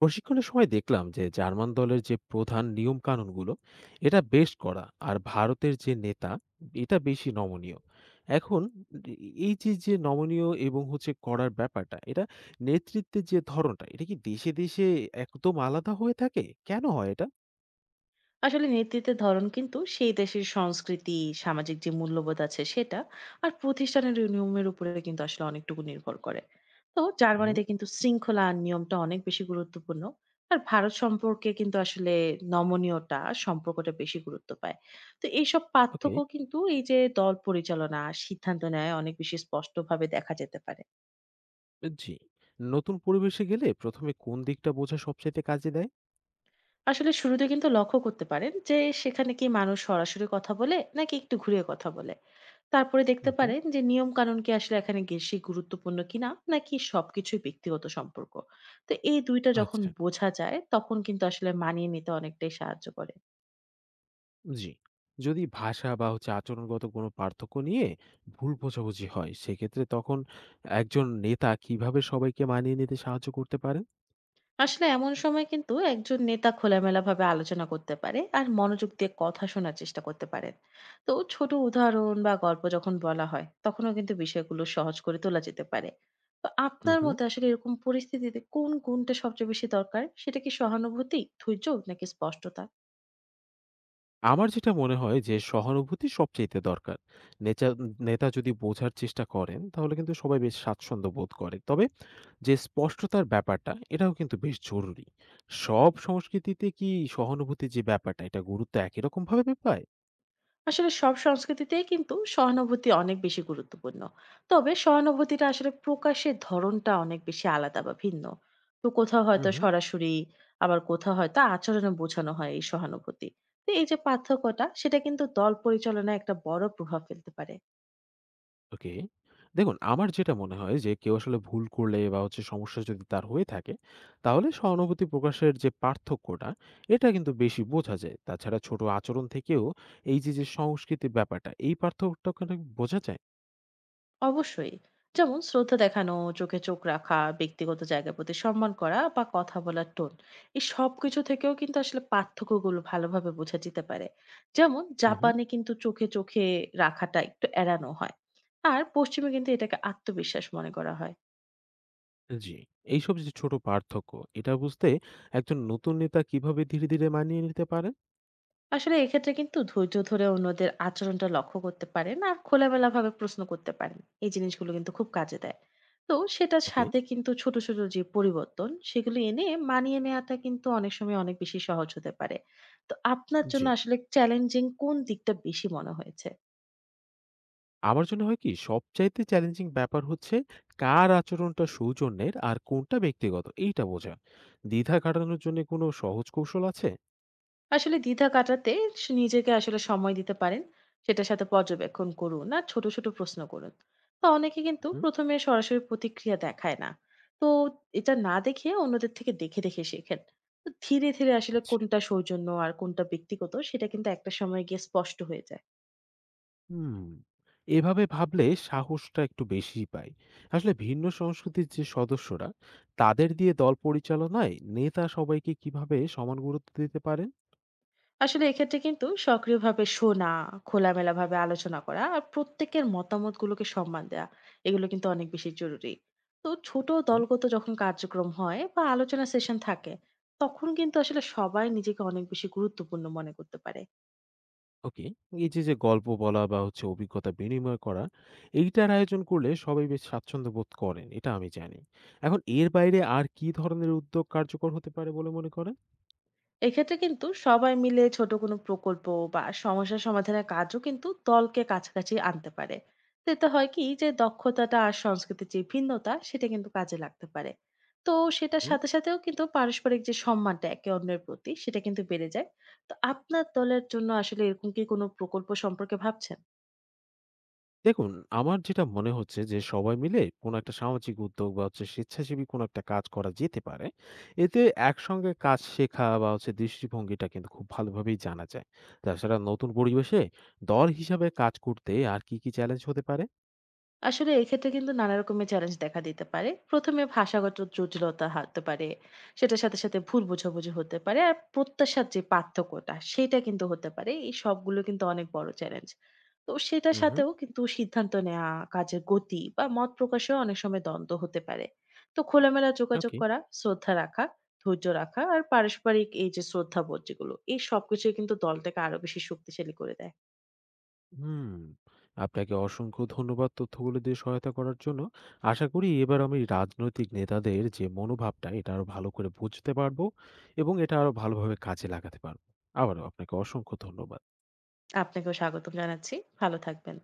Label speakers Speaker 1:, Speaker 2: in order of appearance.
Speaker 1: প্রশিক্ষণের সময় দেখলাম যে জার্মান দলের যে প্রধান নিয়ম কানুনগুলো এটা বেশ কড়া আর ভারতের যে নেতা এটা বেশি নমনীয়। এখন এই যে যে নমনীয় এবং হচ্ছে করার ব্যাপারটা, এটা নেতৃত্বের যে ধরনটা, এটা কি দেশে দেশে একদম আলাদা হয়ে থাকে? কেন হয় এটা?
Speaker 2: আসলে নেতৃত্বের ধরন কিন্তু সেই দেশের সংস্কৃতি সামাজিক যে মূল্যবোধ আছে সেটা আর প্রতিষ্ঠানের এই নিয়মের উপরে কিন্তু আসলে অনেকটুকু নির্ভর করে। তো
Speaker 1: হুম।
Speaker 2: জার্মানিতে কিন্তু শৃঙ্খলা আর নিয়মটা অনেক বেশি গুরুত্বপূর্ণ। আর ভারত সম্পর্কে কিন্তু আসলে নমনীয়তা সম্পর্কটা বেশি গুরুত্ব পায়। তো এইসব
Speaker 1: ওকে।
Speaker 2: পার্থক্য কিন্তু এই যে দল পরিচালনা আর সিদ্ধান্ত নেয় অনেক বেশি স্পষ্টভাবে দেখা যেতে পারে।
Speaker 1: জি। নতুন পরিবেশে গেলে প্রথমে কোন দিকটা বোঝা সবচেয়ে কাজে দেয়?
Speaker 2: আসলে শুরুতে কিন্তু লক্ষ্য করতে পারেন যে সেখানে কি মানুষ সরাসরি কথা বলে নাকি একটু ঘুরিয়ে কথা বলে। তারপরে দেখতে
Speaker 1: হুম।
Speaker 2: পারেন যে নিয়ম কানুন কি আসলে এখানে বেশি গুরুত্বপূর্ণ কিনা নাকি সবকিছুই ব্যক্তিগত সম্পর্ক। তো এই দুইটা যখন
Speaker 1: আচ্ছা।
Speaker 2: বোঝা যায় তখন কিন্তু আসলে মানিয়ে নিতে অনেকটাই সাহায্য করে।
Speaker 1: জি। যদি ভাষা বা হচ্ছে আচরণগত কোনো পার্থক্য নিয়ে ভুল বোঝাবুঝি হয়, সেক্ষেত্রে তখন একজন নেতা কিভাবে সবাইকে মানিয়ে নিতে সাহায্য করতে পারেন?
Speaker 2: আসলে এমন সময় কিন্তু একজন নেতা খোলামেলাভাবে আলোচনা করতে পারে আর মনোযোগ দিয়ে কথা শোনার চেষ্টা করতে পারেন। তো ছোট উদাহরণ বা গল্প যখন বলা হয় তখনও কিন্তু বিষয়গুলো সহজ করে তোলা যেতে পারে। তো আপনার
Speaker 1: উহু।
Speaker 2: মতে আসলে এরকম পরিস্থিতিতে কোন গুণটা সবচেয়ে বেশি দরকার, সেটা কি সহানুভূতি, ধৈর্য নাকি স্পষ্টতা?
Speaker 1: আমার যেটা মনে হয় যে সহানুভূতি সবচাইতে দরকার। নেচা নেতা যদি বোঝার চেষ্টা করেন, তাহলে কিন্তু সবাই বেশ স্বাচ্ছন্দ্য বোধ করে। তবে যে স্পষ্টতার ব্যাপারটা, এটাও কিন্তু বেশ জরুরি। সব সংস্কৃতিতে কি সহানুভূতির যে ব্যাপারটা, এটা গুরুত্ব একই রকমভাবে পায়?
Speaker 2: আসলে সব সংস্কৃতিতেই কিন্তু সহানুভূতি অনেক বেশি গুরুত্বপূর্ণ। তবে সহানুভূতিটা আসলে প্রকাশের ধরনটা অনেক বেশি আলাদা বা ভিন্ন। তো কোথাও হয়তো
Speaker 1: উহু।
Speaker 2: সরাসরি, আবার কোথাও হয়তো আচরণে বোঝানো হয় এই সহানুভূতি। তো এই যে পার্থক্যটা সেটা কিন্তু দল পরিচালনায় একটা বড় প্রভাব ফেলতে পারে।
Speaker 1: ওকে। দেখুন, আমার যেটা মনে হয় যে কেউ আসলে ভুল করলে বা হচ্ছে সমস্যা যদি তার হয়ে থাকে, তাহলে সহানুভূতি প্রকাশের যে পার্থক্যটা, এটা কিন্তু বেশি বোঝা যায়। তাছাড়া ছোট আচরণ থেকেও এই যে যে সংস্কৃতির ব্যাপারটা, এই পার্থক্যটা কিন্তু বোঝা যায়।
Speaker 2: অবশ্যই, যেমন শ্রদ্ধা দেখানো, চোখে চোখ রাখা, ব্যক্তিগত জায়গার প্রতি সম্মান করা বা কথা বলার টোন, এই সব কিছু থেকেও কিন্তু আসলে পার্থক্যগুলো ভালোভাবে বোঝা যেতে পারে। যেমন
Speaker 1: হুম।
Speaker 2: জাপানে কিন্তু চোখে চোখে রাখাটা একটু এড়ানো হয়, আর পশ্চিমে কিন্তু এটাকে আত্মবিশ্বাস মনে করা হয়।
Speaker 1: জি। এইসব যে ছোট পার্থক্য, এটা বুঝতে একজন নতুন নেতা কিভাবে ধীরে ধীরে মানিয়ে নিতে পারেন?
Speaker 2: আসলে এক্ষেত্রে কিন্তু ধৈর্য ধরে অন্যদের আচরণটা লক্ষ্য করতে পারেন আর খোলামেলা ভাবে প্রশ্ন করতে পারেন। এই জিনিসগুলো কিন্তু খুব কাজে দেয়। তো সেটার
Speaker 1: ওকে।
Speaker 2: সাথে কিন্তু ছোট ছোট যে পরিবর্তন সেগুলো এনে মানিয়ে নেওয়াটা কিন্তু অনেক সময় অনেক বেশি সহজ হতে পারে। তো আপনার জন্য
Speaker 1: জি।
Speaker 2: আসলে চ্যালেঞ্জিং কোন দিকটা বেশি মনে হয়েছে?
Speaker 1: আমার জন্য হয় কি, সবচাইতে চ্যালেঞ্জিং ব্যাপার হচ্ছে কার আচরণটা সৌজন্যের আর কোনটা ব্যক্তিগত, এইটা বোঝা। দ্বিধা কাটানোর জন্য কোনো সহজ কৌশল আছে?
Speaker 2: আসলে দ্বিধা কাটাতে নিজেকে আসলে সময় দিতে পারেন। সেটার সাথে পর্যবেক্ষণ করুন না, ছোট ছোট প্রশ্ন করুন। তো অনেকে কিন্তু
Speaker 1: হুম,
Speaker 2: প্রথমে সরাসরি প্রতিক্রিয়া দেখায় না। তো এটা না দেখে অন্যদের থেকে দেখে দেখে শেখেন। তো ধীরে ধীরে আসলে
Speaker 1: আচ্ছা।
Speaker 2: কোনটা সৌজন্য আর কোনটা ব্যক্তিগত সেটা কিন্তু একটা সময় গিয়ে স্পষ্ট হয়ে যায়।
Speaker 1: হুম, এভাবে ভাবলে সাহসটা একটু বেশিই পাই। আসলে ভিন্ন সংস্কৃতির যে সদস্যরা, তাদের দিয়ে দল পরিচালনায় নেতা সবাইকে কিভাবে সমান গুরুত্ব দিতে পারেন?
Speaker 2: আসলে এক্ষেত্রে কিন্তু সক্রিয়ভাবে শোনা, খোলামেলাভাবে আলোচনা করা আর প্রত্যেকের মতামতগুলোকে সম্মান দেওয়া, এগুলো কিন্তু অনেক বেশি জরুরি। তো ছোট দলগত যখন কার্যক্রম হয় বা আলোচনা সেশন থাকে তখন কিন্তু আসলে সবাই নিজেকে অনেক বেশি গুরুত্বপূর্ণ মনে করতে পারে।
Speaker 1: ওকে। এই যে, যে গল্প বলা বা হচ্ছে অভিজ্ঞতা বিনিময় করা, এইটার আয়োজন করলে সবাই বেশ স্বাচ্ছন্দ্য বোধ করেন। এটা আমি জানি। এখন এর বাইরে আর কি ধরনের উদ্যোগ কার্যকর হতে পারে বলে মনে করেন?
Speaker 2: এক্ষেত্রে কিন্তু সবাই মিলে ছোট কোনো প্রকল্প বা সমস্যা সমাধানের কাজও কিন্তু দলকে কাছাকাছি আনতে পারে। তো এতে হয় কি যে দক্ষতাটা আর সংস্কৃতির যে ভিন্নতা সেটা কিন্তু কাজে লাগতে পারে। তো সেটার
Speaker 1: হুম।
Speaker 2: সাথে সাথেও কিন্তু পারস্পরিক যে সম্মানটা একে অন্যের প্রতি সেটা কিন্তু বেড়ে যায়। তো আপনার দলের জন্য আসলে এরকম কি কোনো প্রকল্প সম্পর্কে ভাবছেন?
Speaker 1: দেখুন, আমার যেটা মনে হচ্ছে যে সবাই মিলে কোনো একটা সামাজিক উদ্যোগ বা হচ্ছে স্বেচ্ছাসেবী কোনো একটা কাজ করা যেতে পারে। এতে একসঙ্গে কাজ শেখা বা হচ্ছে দৃষ্টিভঙ্গিটা কিন্তু খুব ভালোভাবেই জানা যায়। তাছাড়া নতুন পরিবেশে দল হিসাবে কাজ করতে আর কি, কি চ্যালেঞ্জ হতে পারে?
Speaker 2: আসলে এক্ষেত্রে কিন্তু নানা রকমের চ্যালেঞ্জ দেখা দিতে পারে। প্রথমে ভাষাগত জটিলতা হতে পারে। সেটার সাথে ভুল বোঝাবুঝি হতে পারে। আর প্রত্যাশার যে পার্থক্যটা সেটা কিন্তু হতে পারে। এই সবগুলো কিন্তু অনেক বড় চ্যালেঞ্জ। তো সেটার
Speaker 1: হুম, হুম।
Speaker 2: সাথেও কিন্তু সিদ্ধান্ত নেওয়া, কাজের গতি বা মত প্রকাশেও অনেক সময় দ্বন্দ্ব হতে পারে। তো খোলামেলা যোগাযোগ
Speaker 1: ওকে।
Speaker 2: করা, শ্রদ্ধা রাখা, ধৈর্য রাখা আর পারস্পরিক এই যে শ্রদ্ধাবোধ যেগুলো, এই সবকিছুই কিন্তু দলটাকে আরো বেশি শক্তিশালী করে দেয়।
Speaker 1: হুম, আপনাকে অসংখ্য ধন্যবাদ তথ্যগুলো দিয়ে সহায়তা করার জন্য। আশা করি এবার আমি রাজনৈতিক নেতাদের যে মনোভাবটা, এটা আরো ভালো করে বুঝতে পারবো এবং এটা আরো ভালোভাবে কাজে লাগাতে পারবো। আবারও আপনাকে অসংখ্য ধন্যবাদ।
Speaker 2: আপনাকেও স্বাগতম জানাচ্ছি। ভালো থাকবেন।